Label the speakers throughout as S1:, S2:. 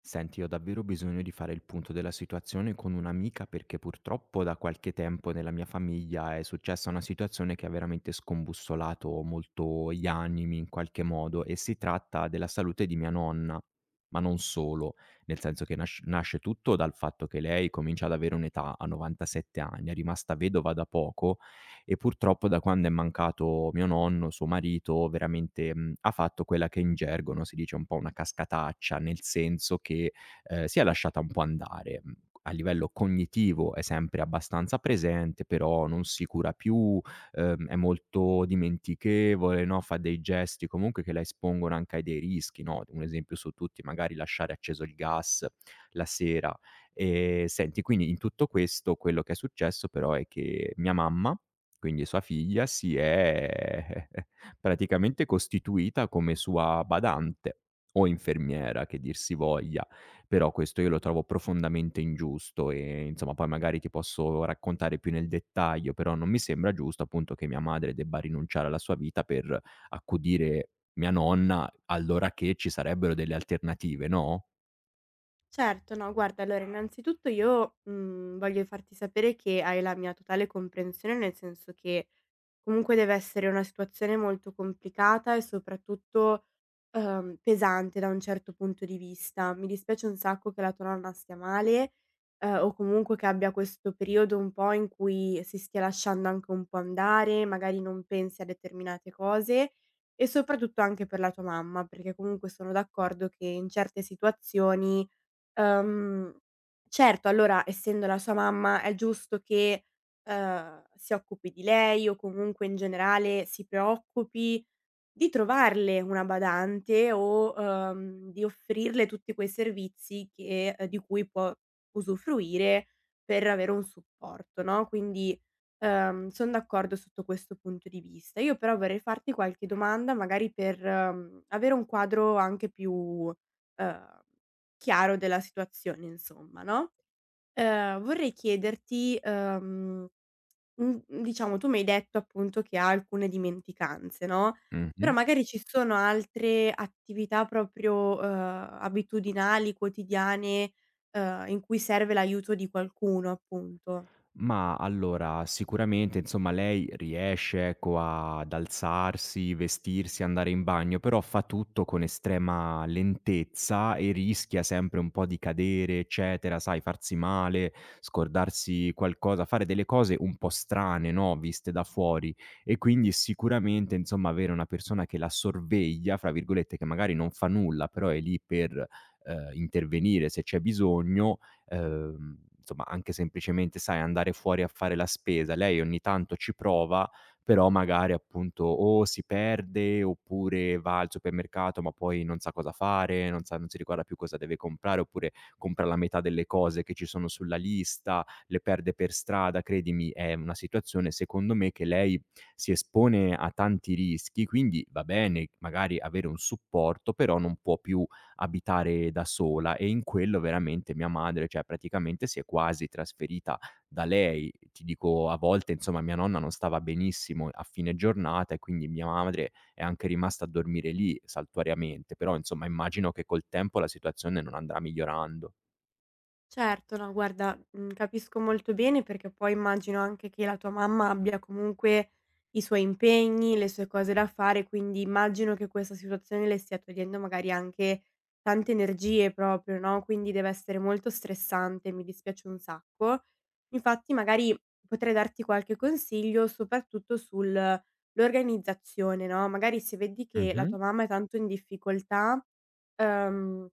S1: Senti, ho davvero bisogno di fare il punto della situazione con un'amica perché purtroppo da qualche tempo nella mia famiglia è successa una situazione che ha veramente scombussolato molto gli animi in qualche modo e si tratta della salute di mia nonna, ma non solo, nel senso che nasce tutto dal fatto che lei comincia ad avere un'età, a 97 anni, è rimasta vedova da poco e purtroppo da quando è mancato mio nonno, suo marito, veramente, ha fatto quella che in gergo, no, si dice un po' una cascataccia, nel senso che si è lasciata un po' andare. Mhmm, A livello cognitivo è sempre abbastanza presente, però non si cura più, è molto dimentichevole, no, fa dei gesti comunque che la espongono anche ai dei rischi, no, un esempio su tutti, magari lasciare acceso il gas la sera. Senti, quindi in tutto questo, quello che è successo però è che mia mamma, quindi sua figlia, si è praticamente costituita come sua badante o infermiera che dir si voglia, però questo io lo trovo profondamente ingiusto e insomma poi magari ti posso raccontare più nel dettaglio, però non mi sembra giusto appunto che mia madre debba rinunciare alla sua vita per accudire mia nonna, allora che ci sarebbero delle alternative, no?
S2: Certo, no, guarda, allora innanzitutto io, voglio farti sapere che hai la mia totale comprensione, nel senso che comunque deve essere una situazione molto complicata e soprattutto, pesante da un certo punto di vista. Mi dispiace un sacco che la tua nonna stia male, o comunque che abbia questo periodo un po' in cui si stia lasciando anche un po' andare, magari non pensi a determinate cose e soprattutto anche per la tua mamma, perché comunque sono d'accordo che in certe situazioni. Uhm, certo, allora essendo la sua mamma è giusto che, si occupi di lei o comunque in generale si preoccupi di trovarle una badante o, di offrirle tutti quei servizi che di cui può usufruire per avere un supporto, no, quindi, son d'accordo sotto questo punto di vista. Io però vorrei farti qualche domanda magari per, avere un quadro anche più, chiaro della situazione insomma, no. Vorrei chiederti, diciamo tu mi hai detto appunto che ha alcune dimenticanze, no, però
S1: Mh-mh.
S2: magari ci sono altre attività proprio, abitudinali, quotidiane, in cui serve l'aiuto di qualcuno appunto.
S1: Ma allora, sicuramente insomma lei riesce, ecco, a ad alzarsi, vestirsi, andare in bagno, però fa tutto con estrema lentezza e rischia sempre un po' di cadere, eccetera, sai, farsi male, scordarsi qualcosa, fare delle cose un po' strane, no, viste da fuori. E quindi sicuramente insomma avere una persona che la sorveglia, fra virgolette, che magari non fa nulla, però è lì per intervenire se c'è bisogno, insomma anche semplicemente, sai, andare fuori a fare la spesa. Lei ogni tanto ci prova, però magari appunto o si perde oppure va al supermercato, ma poi non sa cosa fare, non si ricorda più cosa deve comprare, oppure compra la metà delle cose che ci sono sulla lista, le perde per strada. Credimi, è una situazione secondo me che lei si espone a tanti rischi, quindi va bene magari avere un supporto, però non può più abitare da sola, e in quello veramente mia madre, cioè, praticamente si è quasi trasferita da lei. Ti dico, a volte insomma mia nonna non stava benissimo a fine giornata e quindi mia madre è anche rimasta a dormire lì saltuariamente, però insomma immagino che col tempo la situazione non andrà migliorando.
S2: Certo, no guarda, capisco molto bene perché poi immagino anche che la tua mamma abbia comunque i suoi impegni, le sue cose da fare, quindi immagino che questa situazione le stia togliendo magari anche tante energie proprio, no, quindi deve essere molto stressante, mi dispiace un sacco. Infatti magari potrei darti qualche consiglio soprattutto sul l'organizzazione, no, magari se vedi che la
S1: Mh-mh.
S2: tua mamma è tanto in difficoltà, ehm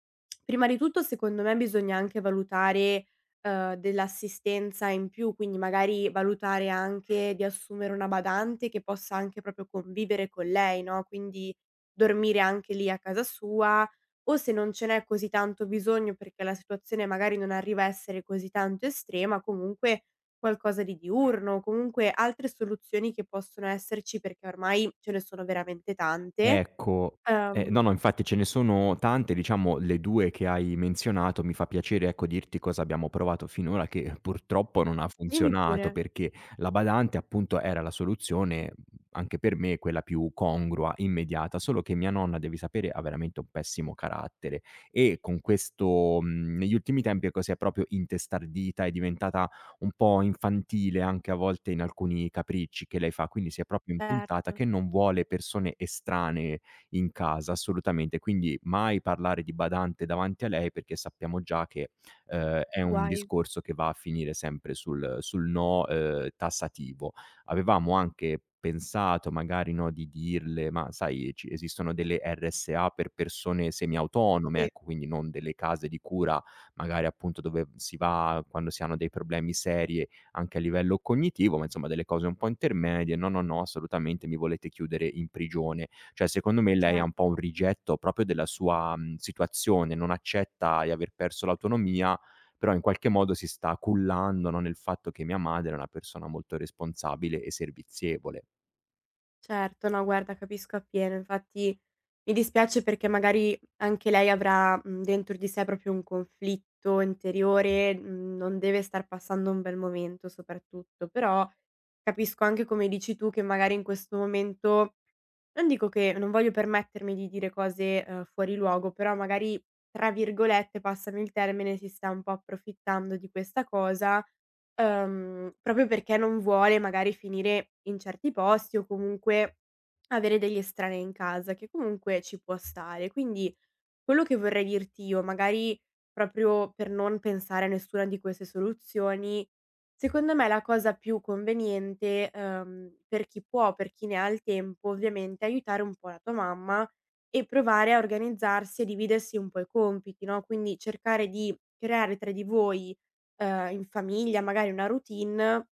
S2: Prima di tutto secondo me bisogna anche valutare, dell'assistenza in più, quindi magari valutare anche di assumere una badante che possa anche proprio convivere con lei, no, quindi dormire anche lì a casa sua o se non ce n'è così tanto bisogno perché la situazione magari non arriva a essere così tanto estrema, comunque qualcosa di diurno, comunque altre soluzioni che possono esserci perché ormai ce ne sono veramente tante.
S1: Ecco, no,
S2: Uhm
S1: no, infatti ce ne sono tante, diciamo le 2 che hai menzionato, mi fa piacere, ecco, dirti cosa abbiamo provato finora che purtroppo non ha
S2: Dimmi
S1: funzionato,
S2: pure.
S1: perché la badante appunto era la soluzione, anche per me quella più congrua, immediata, solo che mia nonna, devi sapere, ha veramente un pessimo carattere e con questo, negli ultimi tempi, ecco, si è proprio intestardita, è diventata un po' infantile anche a volte in alcuni capricci che lei fa, quindi si è proprio impuntata
S2: Certo,
S1: che non vuole persone estranee in casa, assolutamente. Quindi mai parlare di badante davanti a lei perché sappiamo già che è un
S2: guai.
S1: discorso che va a finire sempre sul no, tassativo. Avevamo anche pensato magari, no, di dirle: "Ma sai, ci esistono delle RSA per persone semiautonome,
S2: Sì,
S1: ecco, quindi non delle case di cura, magari appunto, dove si va quando si hanno dei problemi serie anche a livello cognitivo, ma insomma delle cose un po' intermedie". "No, no, no, assolutamente, mi volete chiudere in prigione". Cioè, secondo me lei ha un
S2: certo,
S1: po' un rigetto proprio della sua, situazione, non accetta di aver perso l'autonomia, però in qualche modo si sta cullando, no, nel fatto che mia madre è una persona molto responsabile e servizievole.
S2: certo. No, guarda, capisco appieno. Infatti mi dispiace perché magari anche lei avrà, dentro di sé proprio un conflitto interiore, non deve star passando un bel momento soprattutto. Però capisco anche come dici tu che magari in questo momento non dico che non voglio permettermi di dire cose, fuori luogo, però magari, tra virgolette, passami il termine, si sta un po' approfittando di questa cosa. Proprio perché non vuole magari finire in certi posti o comunque avere degli estranei in casa, che comunque ci può stare. Quindi quello che vorrei dirti io, magari proprio per non pensare a nessuna di queste soluzioni, secondo me la cosa più conveniente, per chi può, per chi ne ha il tempo, ovviamente, è aiutare un po' la tua mamma e provare a organizzarsi e dividersi un po' i compiti, no, quindi cercare di creare tra di voi, in famiglia magari una routine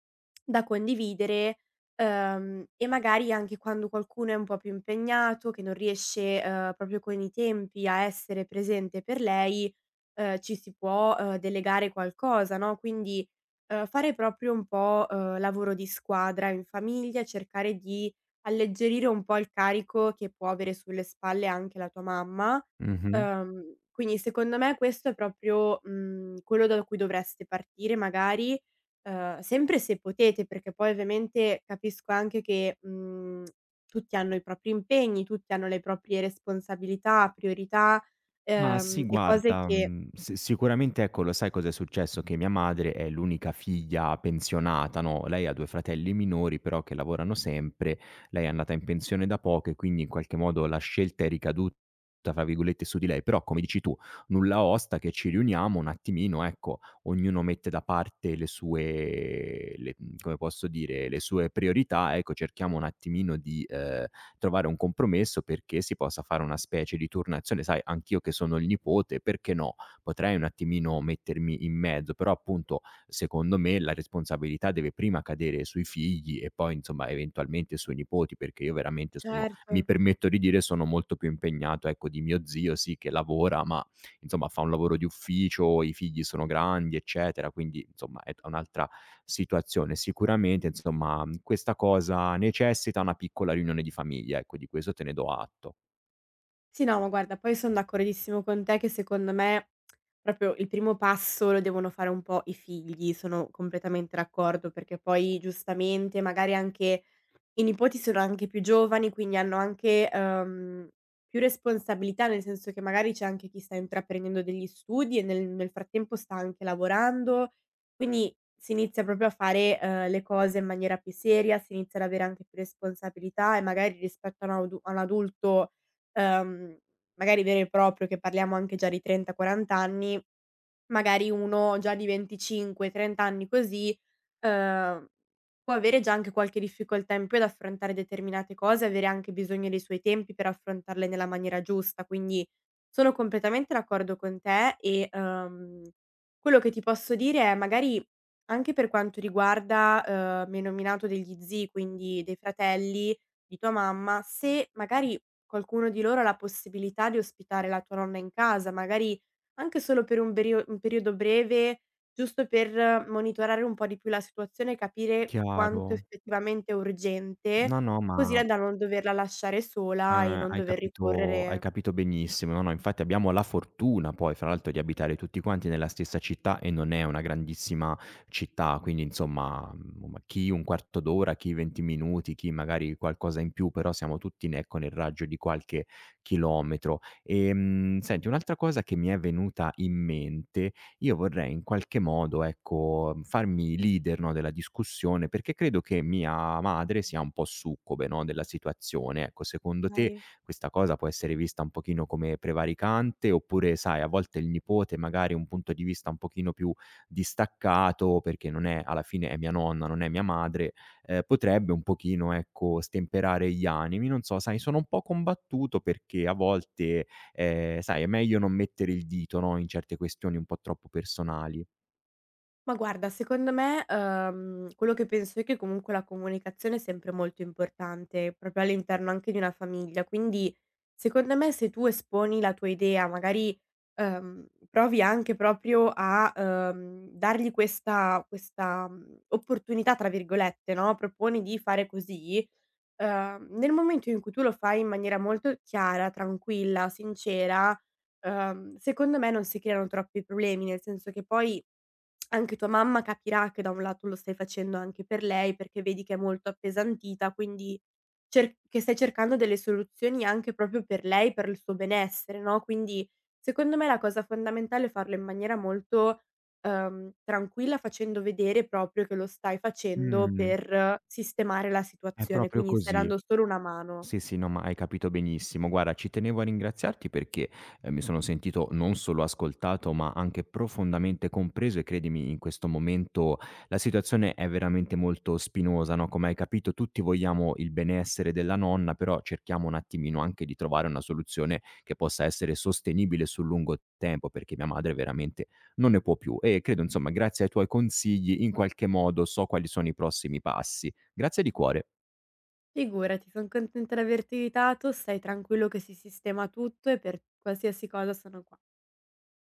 S2: da condividere. E magari anche quando qualcuno è un po' più impegnato, che non riesce, proprio con i tempi a essere presente per lei, ci si può, delegare qualcosa, no, quindi, fare proprio un po', lavoro di squadra in famiglia, cercare di alleggerire un po' il carico che può avere sulle spalle anche la tua mamma. Quindi secondo me questo è proprio, quello da cui dovreste partire magari. Sempre se potete, perché poi ovviamente capisco anche che, tutti hanno i propri impegni, tutti hanno le proprie responsabilità, priorità,
S1: Ma sì,
S2: e cose
S1: guarda,
S2: che
S1: si sicuramente, ecco, lo sai cos'è successo? Che mia madre è l'unica figlia pensionata, no, lei ha 2 fratelli minori però che lavorano sempre, lei è andata in pensione da poco e quindi in qualche modo la scelta è "ricaduta", fra virgolette, su di lei, però come dici tu, nulla osta che ci riuniamo un attimino, ecco, ognuno mette da parte le come posso dire, le sue priorità, ecco cerchiamo un attimino di trovare un compromesso perché si possa fare una specie di turnazione. Sai, anch'io che sono il nipote, perché no? Potrei un attimino mettermi in mezzo, però appunto secondo me la responsabilità deve prima cadere sui figli e poi insomma eventualmente sui nipoti, perché io veramente sono mi
S2: certo.
S1: permetto di dire sono molto più impegnato, ecco, di mio zio. Sì che lavora, ma insomma fa un lavoro di ufficio, i figli sono grandi, eccetera, quindi insomma è un'altra situazione. Sicuramente, insomma, questa cosa necessita una piccola riunione di famiglia, ecco, di questo te ne do atto.
S2: Sì, no, ma guarda, poi son d'accordissimo con te che secondo me proprio il primo passo lo devono fare un po' i figli, sono completamente d'accordo, perché poi giustamente magari anche i nipoti sono anche più giovani, quindi hanno anche, più responsabilità, nel senso che magari c'è anche chi sta intraprendendo degli studi e nel frattempo sta anche lavorando, quindi si inizia proprio a fare, le cose in maniera più seria, si inizia ad avere anche più responsabilità e magari rispetto a un adu a un adulto, uhm, magari vero e proprio, che parliamo anche già di 30, 40 anni. Magari uno già di 25, 30 anni così, uhm, può avere già anche qualche difficoltà in più ad affrontare determinate cose, avere anche bisogno dei suoi tempi per affrontarle nella maniera giusta. Quindi sono completamente d'accordo con te e, quello che ti posso dire è magari anche per quanto riguarda, mi hai nominato degli zii, quindi dei fratelli di tua mamma, se magari qualcuno di loro ha la possibilità di ospitare la tua nonna in casa, magari anche solo per un periodo breve, giusto per monitorare un po' di più la situazione e capire quanto
S1: Chiaro.
S2: effettivamente è urgente,
S1: No, no,
S2: così
S1: ma
S2: da non doverla lasciare sola e non
S1: hai
S2: dover
S1: capito hai
S2: ricorrere
S1: capito benissimo. No, no, infatti abbiamo la fortuna poi, fra l'altro, di abitare tutti quanti nella stessa città e non è una grandissima città, quindi insomma, chi un quarto d'ora, chi 20 minuti, chi magari qualcosa in più, però siamo tutti, n ecco, nel raggio di qualche chilometro. Senti, un'altra cosa che mi è venuta in mente: io vorrei in qualche modo, ecco, farmi leader, no, della discussione, perché credo che mia madre sia un po' succube, no, della situazione. Ecco, secondo te
S2: ai.
S1: questa cosa può essere vista un pochino come prevaricante, oppure, sai, a volte il nipote magari ha un punto di vista un pochino più distaccato, perché non è alla fine è mia nonna, non è mia madre, potrebbe un pochino, ecco, stemperare gli animi. Non so, sai, sono un po' combattuto perché a volte sai, è meglio non mettere il dito, no, in certe questioni un po' troppo personali.
S2: Ma guarda, secondo me, quello che penso io è che comunque la comunicazione è sempre molto importante, proprio all'interno anche di una famiglia. Quindi, secondo me, se tu esponi la tua idea, magari, provi anche proprio a, dargli questa "opportunità", tra virgolette, no, proponi di fare così, nel momento in cui tu lo fai in maniera molto chiara, tranquilla, sincera, secondo me non si creano troppi problemi, nel senso che poi anche tua mamma capirà che da un lato lo stai facendo anche per lei, perché vedi che è molto appesantita, quindi cer che stai cercando delle soluzioni anche proprio per lei, per il suo benessere, no, quindi secondo me la cosa fondamentale è farlo in maniera molto, tranquilla, facendo vedere proprio che lo stai facendo
S1: Mh,
S2: per sistemare la
S1: è
S2: situazione,
S1: proprio
S2: quindi stai
S1: così.
S2: dando solo una mano.
S1: Sì, sì, no, ma hai capito benissimo. Guarda, ci tenevo a ringraziarti perché mi sono sentito non solo ascoltato, ma anche profondamente compreso e credimi, in questo momento la situazione è veramente molto spinosa, no? Come hai capito, tutti vogliamo il benessere della nonna, però cerchiamo un attimino anche di trovare una soluzione che possa essere sostenibile sul lungo tempo, perché mia madre veramente non ne può più. E credo, insomma, grazie ai tuoi consigli, in qualche modo so quali sono i prossimi passi. Grazie di cuore.
S2: Figurati, son contenta di averti aiutato, stai tranquillo che si sistema tutto e per qualsiasi cosa sono qua.